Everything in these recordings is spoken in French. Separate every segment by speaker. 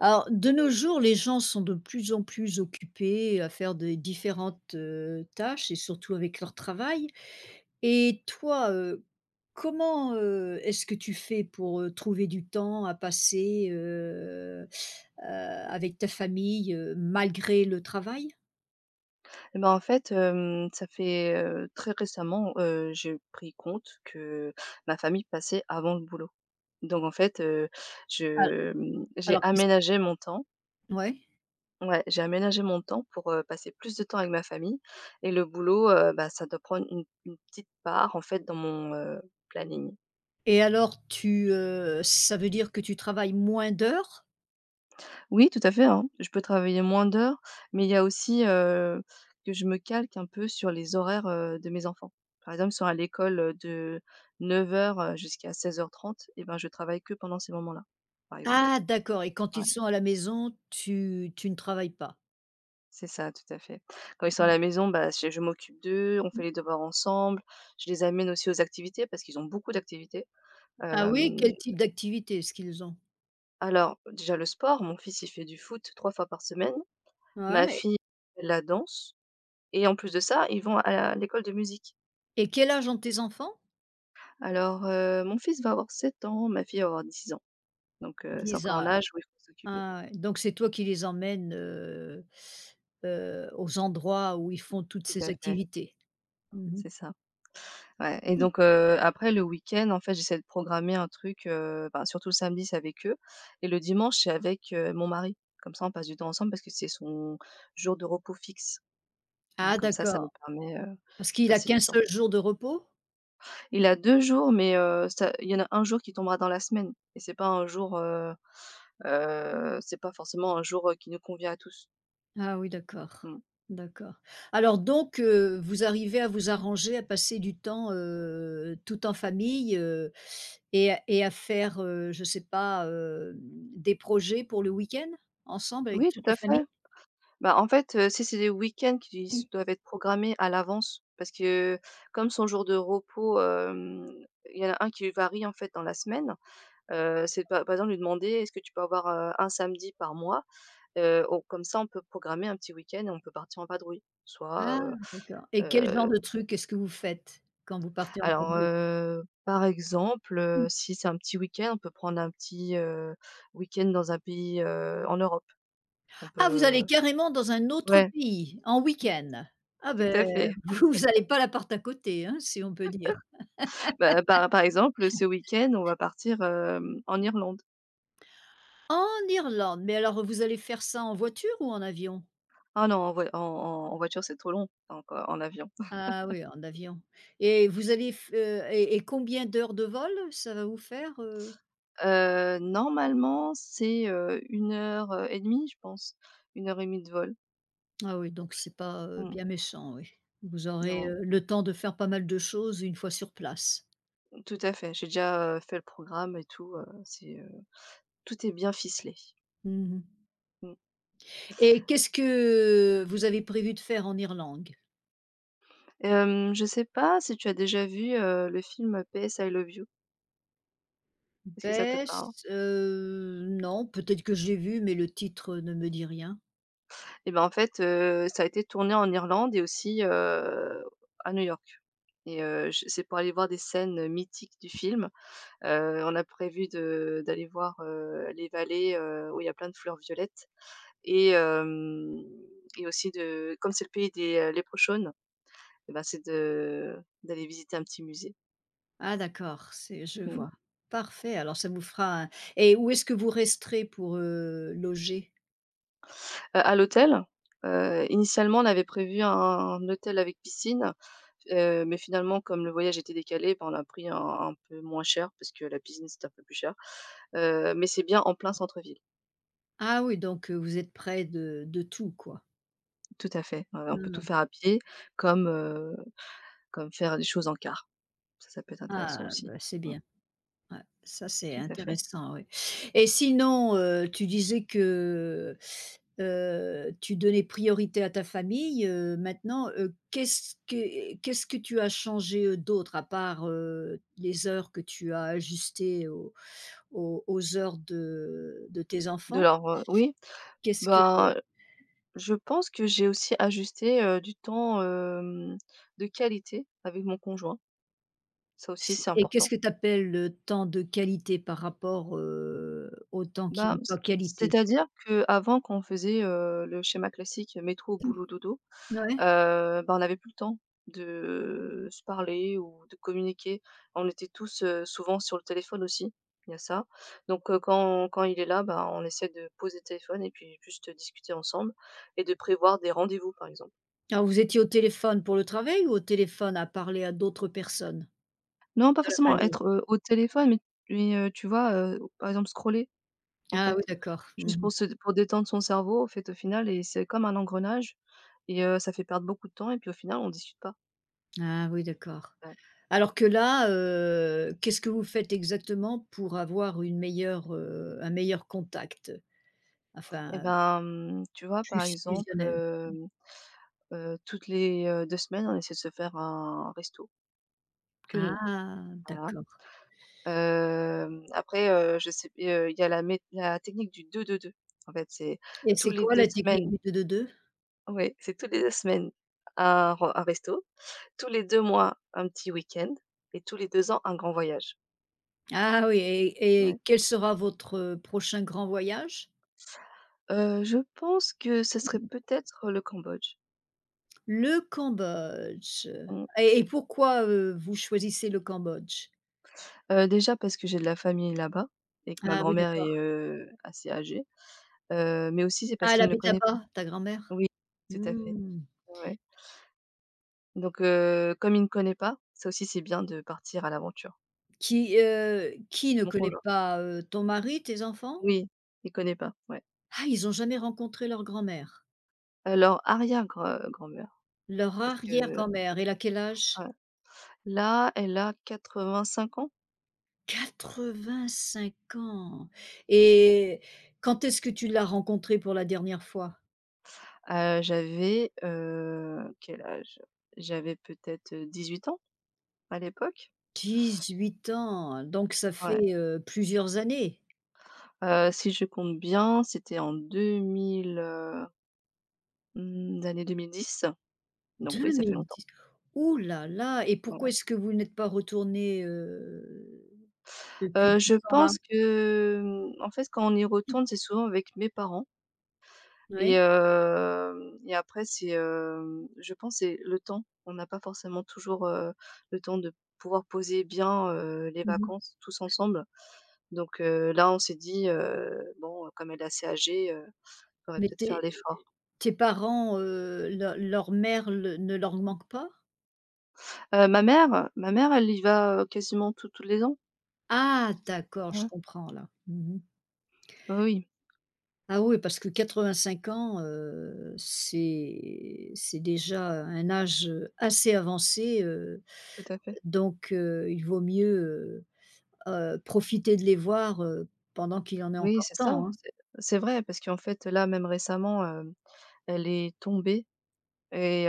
Speaker 1: Alors, de nos jours, les gens sont de plus en plus occupés à faire des différentes tâches et surtout avec leur travail. Et toi, comment, est-ce que tu fais pour, trouver du temps à passer, avec ta famille, malgré le travail?
Speaker 2: Ça fait, très récemment, j'ai pris compte que ma famille passait avant le boulot. Donc en fait,
Speaker 1: Al
Speaker 2: j'ai
Speaker 1: alors que c
Speaker 2: aménagé mon temps
Speaker 1: ouais.
Speaker 2: ouais, j'ai aménagé mon temps pour, passer plus de temps avec ma famille, et le boulot, bah, ça doit prendre une petite part en fait dans mon, planning.
Speaker 1: Et alors ça veut dire que tu travailles moins d'heures?
Speaker 2: Oui, tout à fait, hein. Je peux travailler moins d'heures, mais il y a aussi, que je me calque un peu sur les horaires, de mes enfants. Par exemple, ils sont à l'école, de 9h, heures jusqu'à 16h30, et ben, je travaille que pendant ces moments-là, par exemple.
Speaker 1: Ah d'accord, et quand
Speaker 2: Ouais,
Speaker 1: ils sont à la maison, tu ne travailles pas?
Speaker 2: c'est ça, tout à fait. Quand ils sont à
Speaker 1: Mmh.
Speaker 2: la maison, bah, c'est je m'occupe d'eux, on fait les devoirs ensemble, je les amène aussi aux activités parce qu'ils ont beaucoup d'activités.
Speaker 1: Ah oui,
Speaker 2: Hem,
Speaker 1: quel type d'activité est-ce qu'ils ont?
Speaker 2: alors déjà le sport, mon fils, il fait du foot 3 fois par semaine, ma
Speaker 1: Ouais, et
Speaker 2: fille fait de la danse. Et en plus de ça, ils vont à la l'école de musique.
Speaker 1: quel âge ont tes enfants?
Speaker 2: Alors, mon fils va avoir 7 ans, ma fille va avoir 10 ans, donc c'est
Speaker 1: 10
Speaker 2: encore un
Speaker 1: ans.
Speaker 2: âge où il faut s'occuper.
Speaker 1: Ah ouais, donc c'est toi qui les emmènes, aux endroits où ils font toutes
Speaker 2: Tout
Speaker 1: ces
Speaker 2: à fait,
Speaker 1: activités? Mmh.
Speaker 2: c'est ça. Ouais, et donc après le week-end, en fait, j'essaie de programmer un truc, ben, surtout le samedi, c'est avec eux, et le dimanche, c'est avec, mon mari. Comme ça, on passe du temps ensemble parce que c'est son jour de repos fixe, donc
Speaker 1: Ah
Speaker 2: comme ça nous
Speaker 1: d'accord,
Speaker 2: permet, de
Speaker 1: parce qu'il a
Speaker 2: passer du
Speaker 1: qu'un
Speaker 2: temps.
Speaker 1: seul jour de repos?
Speaker 2: Il a 2 jours, mais ça il y en a un jour qui tombera dans la semaine, et c'est pas un jour, c'est pas forcément un jour, qui nous convient à tous.
Speaker 1: Ah oui, d'accord,
Speaker 2: Mmh.
Speaker 1: d'accord. Alors donc, vous arrivez à vous arranger, à passer du temps, tout en famille, et à faire, je sais pas, des projets pour le week-end, ensemble avec
Speaker 2: Oui,
Speaker 1: toute
Speaker 2: tout
Speaker 1: la
Speaker 2: à
Speaker 1: famille?
Speaker 2: fait. Bah, en fait, si c'est des week-ends qui s doivent être programmés à l'avance parce que comme son jour de repos, il y en a un qui varie, en fait, dans la semaine, c'est par exemple lui demander: «Est-ce que tu peux avoir, 1 samedi par mois?» On comme ça on peut programmer un petit week-end et on peut partir en vadrouille. Soit,
Speaker 1: Ah d'accord, et quel genre
Speaker 2: heu
Speaker 1: de truc est-ce que vous faites quand vous partez en
Speaker 2: Alors,
Speaker 1: vadrouille?
Speaker 2: par exemple, si c'est un petit week-end, on peut prendre un petit, week-end dans un pays, en Europe. On
Speaker 1: Ah, vous allez
Speaker 2: peut
Speaker 1: carrément dans un autre
Speaker 2: ouais,
Speaker 1: pays, en week-end? Ah
Speaker 2: tout
Speaker 1: ben
Speaker 2: à fait.
Speaker 1: vous allez pas à l'appart à côté, hein, si on peut dire.
Speaker 2: Bah, par exemple, ce week-end, on va partir, en Irlande.
Speaker 1: En Irlande, mais alors vous allez faire ça en voiture ou en avion?
Speaker 2: Ah non, en voiture, c'est trop long, donc en avion.
Speaker 1: Ah oui, en avion, et vous allez f et combien d'heures de vol ça va vous faire?
Speaker 2: Normalement, c'est, 1 heure, et demie, je pense. Une heure et demie de vol.
Speaker 1: Ah oui, donc c'est pas,
Speaker 2: Mmh.
Speaker 1: bien méchant, oui. Vous aurez,
Speaker 2: Non,
Speaker 1: le temps de faire pas mal de choses une fois sur place.
Speaker 2: tout à fait. J'ai déjà, fait le programme et tout, c'est, tout est bien ficelé.
Speaker 1: Mmh.
Speaker 2: Mmh.
Speaker 1: Et qu'est-ce que vous avez prévu de faire en Irlande?
Speaker 2: Je sais pas si tu as déjà vu, le film PS I love you? Est-ce que ça te parle?
Speaker 1: Bess, non, peut-être que j'ai vu, mais le titre ne me dit rien.
Speaker 2: Et ben, en fait, ça a été tourné en Irlande et aussi, à New York, et j c'est pour aller voir des scènes mythiques du film. On a prévu de d'aller voir, les vallées, où il y a plein de fleurs violettes, et hem et aussi de comme c'est le pays des, Leprechauns, et ben, c'est de d'aller visiter un petit musée.
Speaker 1: Ah d'accord, c'est je
Speaker 2: Mmh.
Speaker 1: vois. Parfait, alors ça vous fera un. Et où est-ce que vous resterez pour, loger?
Speaker 2: À l'hôtel, initialement, on avait prévu un hôtel avec piscine, mais finalement, comme le voyage était décalé, bah, on a pris un peu moins cher parce que la piscine, c'était un peu plus cher, mais c'est bien en plein centre-ville.
Speaker 1: Ah oui, donc, vous êtes près de tout quoi?
Speaker 2: Tout à fait. On peut tout
Speaker 1: Ah,
Speaker 2: faire à pied, comme, heu, comme faire des choses en car. Ça peut être intéressant
Speaker 1: ah,
Speaker 2: aussi.
Speaker 1: bah, c'est
Speaker 2: Mmh,
Speaker 1: bien. Ouais, ça c'est
Speaker 2: tout à fait.
Speaker 1: intéressant, oui. Et sinon, tu disais que, tu donnais priorité à ta famille, maintenant, qu'est-ce que tu as changé, d'autre à part, les heures que tu as ajustées aux heures de tes
Speaker 2: De
Speaker 1: enfants?
Speaker 2: leur, oui,
Speaker 1: Qu'est-ce que
Speaker 2: ben, je pense que j'ai aussi ajusté, du temps, de qualité avec mon conjoint. Ça aussi,
Speaker 1: C'est,
Speaker 2: c'est
Speaker 1: et qu'est-ce
Speaker 2: important.
Speaker 1: que tu appelles le temps de qualité par rapport, au temps qui
Speaker 2: Bah,
Speaker 1: n'est pas qualité?
Speaker 2: c'est-à-dire qu'avant quand on faisait, le schéma classique métro, boulot, dodo,
Speaker 1: Ouais.
Speaker 2: bah, on n'avait plus le temps de se parler ou de communiquer. On était tous, souvent sur le téléphone aussi, il y a ça. Donc quand il est là, bah, on essaie de poser le téléphone et puis juste discuter ensemble et de prévoir des rendez-vous, par exemple.
Speaker 1: Alors vous étiez au téléphone pour le travail ou au téléphone à parler à d'autres personnes?
Speaker 2: Non, pas
Speaker 1: De la
Speaker 2: forcément
Speaker 1: famille.
Speaker 2: être, au téléphone, mais tu vois, par exemple scroller, en
Speaker 1: Ah oui,
Speaker 2: fait.
Speaker 1: d'accord.
Speaker 2: Juste
Speaker 1: Mmh.
Speaker 2: pour se pour détendre son cerveau, au fait, au final, et c'est comme un engrenage, et ça fait perdre beaucoup de temps et puis au final, on discute pas.
Speaker 1: Ah oui, d'accord.
Speaker 2: Ouais.
Speaker 1: Alors que là, qu'est-ce que vous faites exactement pour avoir une meilleure, un meilleur contact?
Speaker 2: Et
Speaker 1: Enfin,
Speaker 2: ben, tu vois, par
Speaker 1: plus
Speaker 2: exemple,
Speaker 1: fusionnel?
Speaker 2: toutes les, 2 semaines, on essaie de se faire un resto, que nous,
Speaker 1: Ah
Speaker 2: voilà.
Speaker 1: d'accord,
Speaker 2: Après, je sais, et il y a la technique du deux deux deux. En fait, c'est
Speaker 1: et
Speaker 2: tous
Speaker 1: c'est
Speaker 2: les
Speaker 1: quoi
Speaker 2: 2
Speaker 1: la technique
Speaker 2: semaines,
Speaker 1: du deux 2 2?
Speaker 2: ouais, c'est tous les 2 semaines un resto, tous les 2 mois, un petit week-end, et tous les 2 ans, un grand voyage.
Speaker 1: Ah oui, et
Speaker 2: Ouais.
Speaker 1: et quel sera votre prochain grand voyage?
Speaker 2: Je pense que ce serait peut-être le Cambodge.
Speaker 1: Le Cambodge.
Speaker 2: Mmh.
Speaker 1: Et pourquoi, vous choisissez le Cambodge?
Speaker 2: Déjà parce que j'ai de la famille là-bas, et que ma
Speaker 1: Ah oui,
Speaker 2: grand-mère
Speaker 1: d'accord.
Speaker 2: est, assez âgée, mais aussi c'est parce
Speaker 1: Ah, elle
Speaker 2: qu'il ne le
Speaker 1: habite
Speaker 2: connaît pas.
Speaker 1: là-bas, ta grand-mère?
Speaker 2: Oui, tout à fait,
Speaker 1: Mmh.
Speaker 2: ouais. Donc comme il ne connaît pas, ça aussi c'est bien de partir à l'aventure.
Speaker 1: Qui ne
Speaker 2: Mon
Speaker 1: connaît
Speaker 2: conjoint
Speaker 1: pas, ton mari, tes enfants?
Speaker 2: oui, il connaît pas, ouais.
Speaker 1: Ah, ils n'ont jamais rencontré leur grand-mère?
Speaker 2: Alors arrière grand mère
Speaker 1: Leur
Speaker 2: parce que
Speaker 1: arrière-grand-mère, elle a quel âge?
Speaker 2: ouais. Là, elle a 85 ans.
Speaker 1: 85 ans, et quand est-ce que tu l'as rencontrée pour la dernière fois?
Speaker 2: J'avais, quel âge? J'avais peut-être, 18 ans à l'époque.
Speaker 1: 18 ans, donc ça
Speaker 2: Ouais.
Speaker 1: fait, plusieurs années.
Speaker 2: Si je compte bien, c'était en 2000, mmh, l'année 2010. Donc oui, ça fait longtemps,
Speaker 1: 2010. Ouh là là, et
Speaker 2: voilà.
Speaker 1: pourquoi est-ce que vous n'êtes pas retournés, depuis tout
Speaker 2: Je
Speaker 1: ce temps-là?
Speaker 2: pense que, en fait, quand on y retourne, c'est souvent avec mes parents,
Speaker 1: Oui.
Speaker 2: et après c'est, je pense c'est le temps. On n'a pas forcément toujours, le temps de pouvoir poser bien, les
Speaker 1: Mmh.
Speaker 2: vacances tous ensemble. Donc là, on s'est dit, «Bon, comme elle est assez âgée, faudrait
Speaker 1: Mais
Speaker 2: peut-être faire
Speaker 1: tes
Speaker 2: l'effort».
Speaker 1: tes parents, leur mère le ne leur manque pas?
Speaker 2: Ma mère elle y va, quasiment tous les ans.
Speaker 1: Ah d'accord, je
Speaker 2: Ouais.
Speaker 1: comprends là. Mmh.
Speaker 2: Oui, oui,
Speaker 1: Ah oui, parce que 85 ans, c'est déjà un âge, assez avancé,
Speaker 2: tout à fait.
Speaker 1: donc il vaut mieux, profiter de les voir, pendant qu'il en est
Speaker 2: Oui,
Speaker 1: encore
Speaker 2: c'est ça,
Speaker 1: temps, hein?
Speaker 2: c'est vrai parce qu'en fait, là, même récemment, elle est tombée et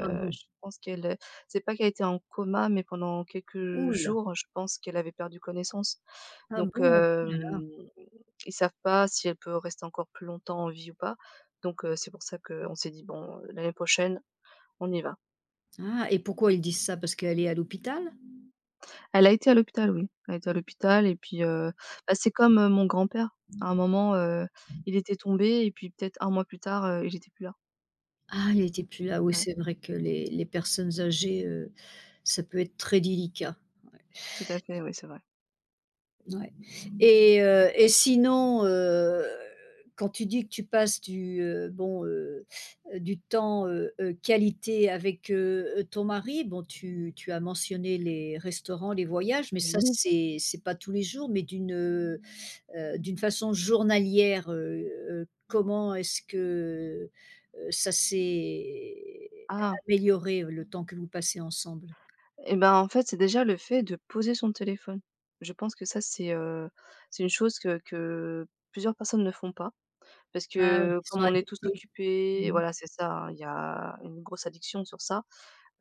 Speaker 1: Ah bon?
Speaker 2: je pense qu'elle, c'est pas qu'elle était en coma, mais pendant quelques
Speaker 1: Ouh.
Speaker 2: jours, je pense qu'elle avait perdu connaissance.
Speaker 1: Ah
Speaker 2: Donc
Speaker 1: bon? Oh là là!
Speaker 2: ils savent pas si elle peut rester encore plus longtemps en vie ou pas. Donc c'est pour ça qu'on s'est dit: «Bon, l'année prochaine, on y va».
Speaker 1: Ah, et pourquoi ils disent ça? Parce qu'elle est à l'hôpital?
Speaker 2: Elle a été à l'hôpital, oui. Elle a été à l'hôpital et puis, bah, c'est comme, mon grand-père. À un moment, il était tombé et puis peut-être un mois plus tard, il était plus là.
Speaker 1: Ah, il était plus là. Oui,
Speaker 2: Ouais,
Speaker 1: c'est vrai que les personnes âgées, ça peut être très délicat.
Speaker 2: tout à fait, oui, c'est vrai.
Speaker 1: Ouais. et heu
Speaker 2: Mmh.
Speaker 1: et sinon, quand tu dis que tu passes bon, du temps, qualité avec, ton mari, bon tu as mentionné les restaurants, les voyages, mais ça
Speaker 2: Oui.
Speaker 1: c'est pas tous les jours, mais d'une façon journalière, comment est-ce que, ça s'est
Speaker 2: Ah,
Speaker 1: amélioré, le temps que vous passez ensemble?
Speaker 2: et ben, en fait, c'est déjà le fait de poser son téléphone. Je pense que ça, c'est une chose que plusieurs personnes ne font pas. Parce
Speaker 1: Ah oui,
Speaker 2: que
Speaker 1: ils
Speaker 2: comme
Speaker 1: sont
Speaker 2: on est tous
Speaker 1: addictés.
Speaker 2: occupés,
Speaker 1: Mmh.
Speaker 2: voilà, c'est ça, hein, il y a une grosse addiction sur ça,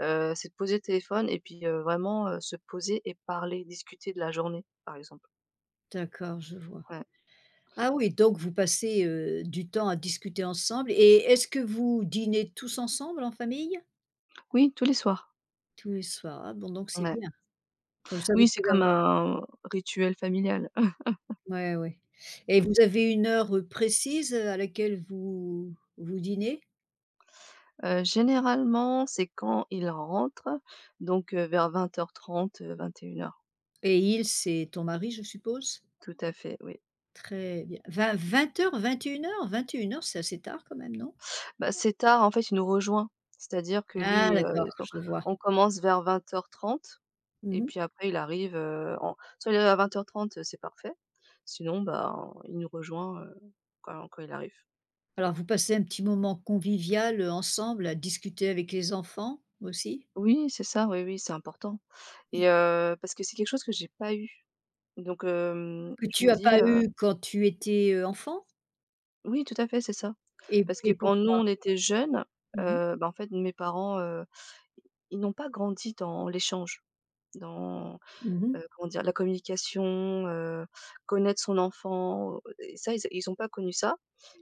Speaker 2: c'est de poser le téléphone et puis, vraiment, se poser et parler, discuter de la journée, par exemple.
Speaker 1: D'accord, je vois.
Speaker 2: Ouais.
Speaker 1: Ah oui, donc vous passez, du temps à discuter ensemble, et est-ce que vous dînez tous ensemble en famille?
Speaker 2: Oui, tous les soirs.
Speaker 1: Tous les soirs. Ah bon, donc c'est
Speaker 2: Ouais.
Speaker 1: bien. Comme ça, vous
Speaker 2: Oui, c'est
Speaker 1: pouvez
Speaker 2: comme
Speaker 1: avoir.
Speaker 2: un rituel familial.
Speaker 1: Ouais, ouais, et
Speaker 2: Mmh.
Speaker 1: vous avez une heure, précise à laquelle vous dînez?
Speaker 2: Généralement, c'est quand il rentre, donc, vers vingt heures trente, vingt et une heures.
Speaker 1: Et il, c'est ton mari, je suppose?
Speaker 2: Tout à fait, oui.
Speaker 1: Très bien. 20 2000 2100 heures, 21 heures, c'est assez tard quand même, non?
Speaker 2: Bah, Setard, en fait, il nous rejoint. C'est-à-dire que
Speaker 1: Ah
Speaker 2: lui,
Speaker 1: d'accord,
Speaker 2: on
Speaker 1: je le vois.
Speaker 2: on commence vers vingt heures trente, et
Speaker 1: Mmh.
Speaker 2: puis après il arrive, en soit il arrive à vingt heures trente, c'est parfait. Sinon, bah il nous rejoint, quand il arrive.
Speaker 1: Alors vous passez un petit moment convivial, ensemble à discuter avec les enfants aussi?
Speaker 2: Oui, c'est ça, oui, oui, c'est important, et parce que c'est quelque chose que j'ai pas eu. Donc
Speaker 1: Que
Speaker 2: je
Speaker 1: tu
Speaker 2: me
Speaker 1: n'as
Speaker 2: dis,
Speaker 1: pas eu quand tu étais, enfant?
Speaker 2: oui, tout à fait, c'est ça.
Speaker 1: Et
Speaker 2: Parce que
Speaker 1: et
Speaker 2: quand nous,
Speaker 1: pourquoi?
Speaker 2: on était jeunes,
Speaker 1: Mmh mh.
Speaker 2: bah, en fait, mes parents, ils n'ont pas grandi dans l'échange, dans
Speaker 1: Mmh.
Speaker 2: Comment dire? La communication, heu, connaître son enfant, et ça, ils ont pas connu ça,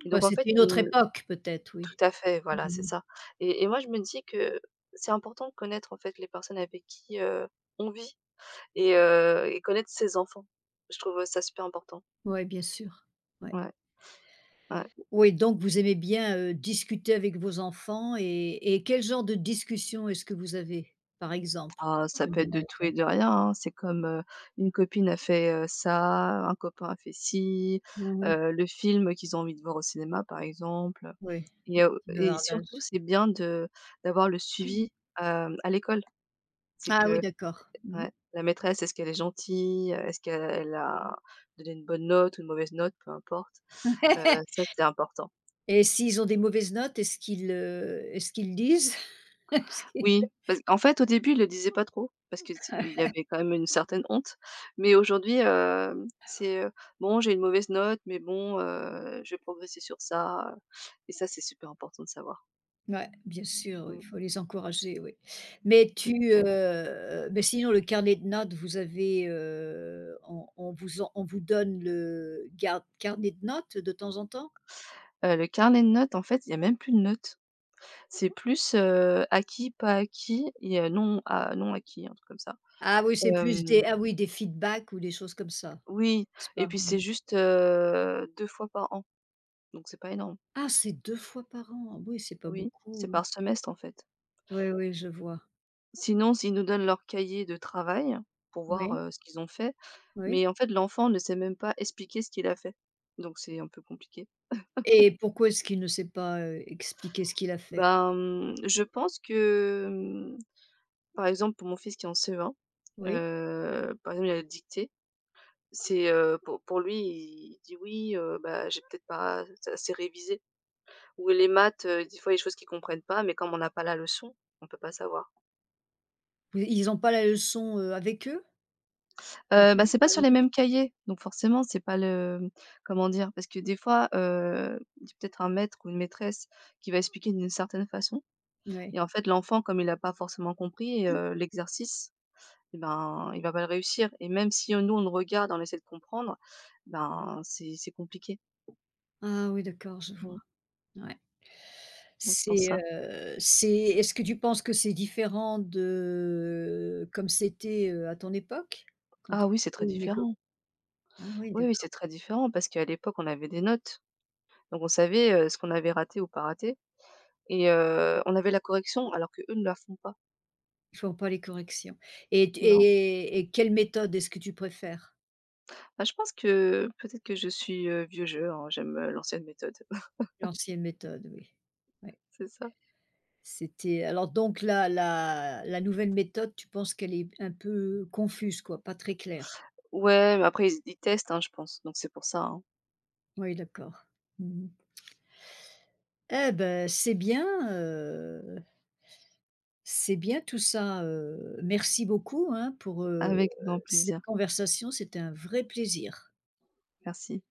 Speaker 2: et
Speaker 1: Bah,
Speaker 2: donc en fait,
Speaker 1: c'était une
Speaker 2: ils
Speaker 1: autre
Speaker 2: me
Speaker 1: époque peut-être, oui.
Speaker 2: tout à fait, voilà, c'est
Speaker 1: Oui,
Speaker 2: ça, et moi, je me dis que c'est important de connaître, en fait, les personnes avec qui, on vit, et connaître ses enfants. Je trouve ça super important.
Speaker 1: bien sûr. Ouais.
Speaker 2: Ouais, ouais.
Speaker 1: Oui, donc vous aimez bien, discuter avec vos enfants, et quel genre de discussion est-ce que vous avez, par exemple? Tu
Speaker 2: Ah, ça
Speaker 1: peux me
Speaker 2: peut être
Speaker 1: donner un
Speaker 2: de tout et
Speaker 1: exemple?
Speaker 2: de rien, hein. C'est comme, une copine a fait, ça, un copain a fait ci,
Speaker 1: Mmh.
Speaker 2: le film qu'ils ont envie de voir au cinéma, par exemple.
Speaker 1: Oui, le petit
Speaker 2: Et surtout,
Speaker 1: bavardage.
Speaker 2: c'est bien de d'avoir le suivi, à l'école. C'est
Speaker 1: Ah oui,
Speaker 2: que
Speaker 1: d'accord. Mmh.
Speaker 2: ouais, la maîtresse, est-ce qu'elle est gentille? Est-ce qu'elle a donné une bonne note ou une mauvaise note? Peu importe. Ça, c'est important.
Speaker 1: Et s'ils ont des mauvaises notes, est-ce qu'ils le disent? Est-ce qu'ils
Speaker 2: Oui, parce qu'en fait, au début, ils le disaient pas trop parce que c'est il y avait quand même une certaine honte. Mais aujourd'hui, c'est, «Bon, j'ai une mauvaise note, mais bon, je vais progresser sur ça», et ça, c'est super important de savoir.
Speaker 1: Ouais, bien sûr, oui, il
Speaker 2: Mmh,
Speaker 1: faut les encourager, oui. Mais
Speaker 2: tout à fait.
Speaker 1: mais sinon le carnet de notes, vous avez, on vous donne le gar carnet de notes de temps en temps?
Speaker 2: Le carnet de notes, en fait, il y a même plus de notes. C'est plus, acquis, pas acquis et non acquis, un truc comme ça.
Speaker 1: Ah oui, c'est plus des,
Speaker 2: Hem,
Speaker 1: ah oui, des feedbacks ou des choses comme ça,
Speaker 2: oui,
Speaker 1: c'est
Speaker 2: et
Speaker 1: pas?
Speaker 2: puis c'est
Speaker 1: Mmh.
Speaker 2: juste, 2 fois par an, donc c'est pas énorme.
Speaker 1: Ah, c'est 2 fois par an. Ah oui, c'est pas
Speaker 2: Oui,
Speaker 1: beaucoup,
Speaker 2: c'est
Speaker 1: oui.
Speaker 2: par semestre, en fait.
Speaker 1: Oui, oui, je vois.
Speaker 2: Sinon, ils nous donnent leur cahier de travail pour voir,
Speaker 1: Oui,
Speaker 2: ce qu'ils ont fait, mais
Speaker 1: oui.
Speaker 2: en fait, l'enfant ne sait même pas expliquer ce qu'il a fait, donc c'est un peu compliqué.
Speaker 1: Et pourquoi est-ce qu'il ne sait pas, expliqué ce qu'il a fait?
Speaker 2: Ben, je pense que, par exemple, pour mon fils qui est en CE1,
Speaker 1: Oui?
Speaker 2: par exemple, il a le dicté. C'est, pour lui, il dit: «Oui, bah, j'ai peut-être pas assez révisé», ou les maths, des fois, il y a des choses qu'ils comprennent pas, mais comme on n'a pas la leçon, on peut pas savoir.
Speaker 1: Ils n'ont pas la leçon, avec eux? Quand
Speaker 2: Bah,
Speaker 1: ils
Speaker 2: c'est pas sur les mêmes cahiers, donc forcément, c'est pas comment dire? Parce que des fois, il y a peut-être un maître ou une maîtresse qui va expliquer d'une certaine façon,
Speaker 1: Ouais.
Speaker 2: et en fait, l'enfant, comme il a pas forcément compris, l'exercice, et ben, il va pas le réussir, et même si, nous, on le regarde, on essaie de comprendre, ben, c'est compliqué.
Speaker 1: Ah oui, d'accord, je
Speaker 2: Mmh,
Speaker 1: vois. Ouais.
Speaker 2: donc c'est pour ça.
Speaker 1: C'est est-ce que tu penses que c'est différent de comme c'était, à ton époque? Quand
Speaker 2: Ah
Speaker 1: tu
Speaker 2: oui, c'est très
Speaker 1: faisais une école
Speaker 2: différent.
Speaker 1: Ah oui,
Speaker 2: Oui, oui,
Speaker 1: d'accord,
Speaker 2: c'est très différent parce qu'à l'époque, on avait des notes. Donc on savait, ce qu'on avait raté ou pas raté, et on avait la correction alors qu'eux ne la font pas.
Speaker 1: ils font pas les corrections, et
Speaker 2: Non.
Speaker 1: et et quelle méthode est-ce que tu préfères?
Speaker 2: Bah, je pense que peut-être que je suis, vieux jeu, hein, j'aime, l'ancienne méthode,
Speaker 1: L'ancienne méthode, oui. Ouais.
Speaker 2: c'est ça.
Speaker 1: C'était Alors donc la nouvelle méthode, tu penses qu'elle est un peu confuse quoi, pas très claire?
Speaker 2: Ouais, mais après ils testent, hein, je pense, donc c'est pour ça, hein.
Speaker 1: Oui, d'accord. Mmh. Eh ben, heu, c'est bien tout ça, merci beaucoup, hein, pour,
Speaker 2: Avec grand
Speaker 1: cette
Speaker 2: plaisir.
Speaker 1: conversation, c'était un vrai plaisir.
Speaker 2: Merci.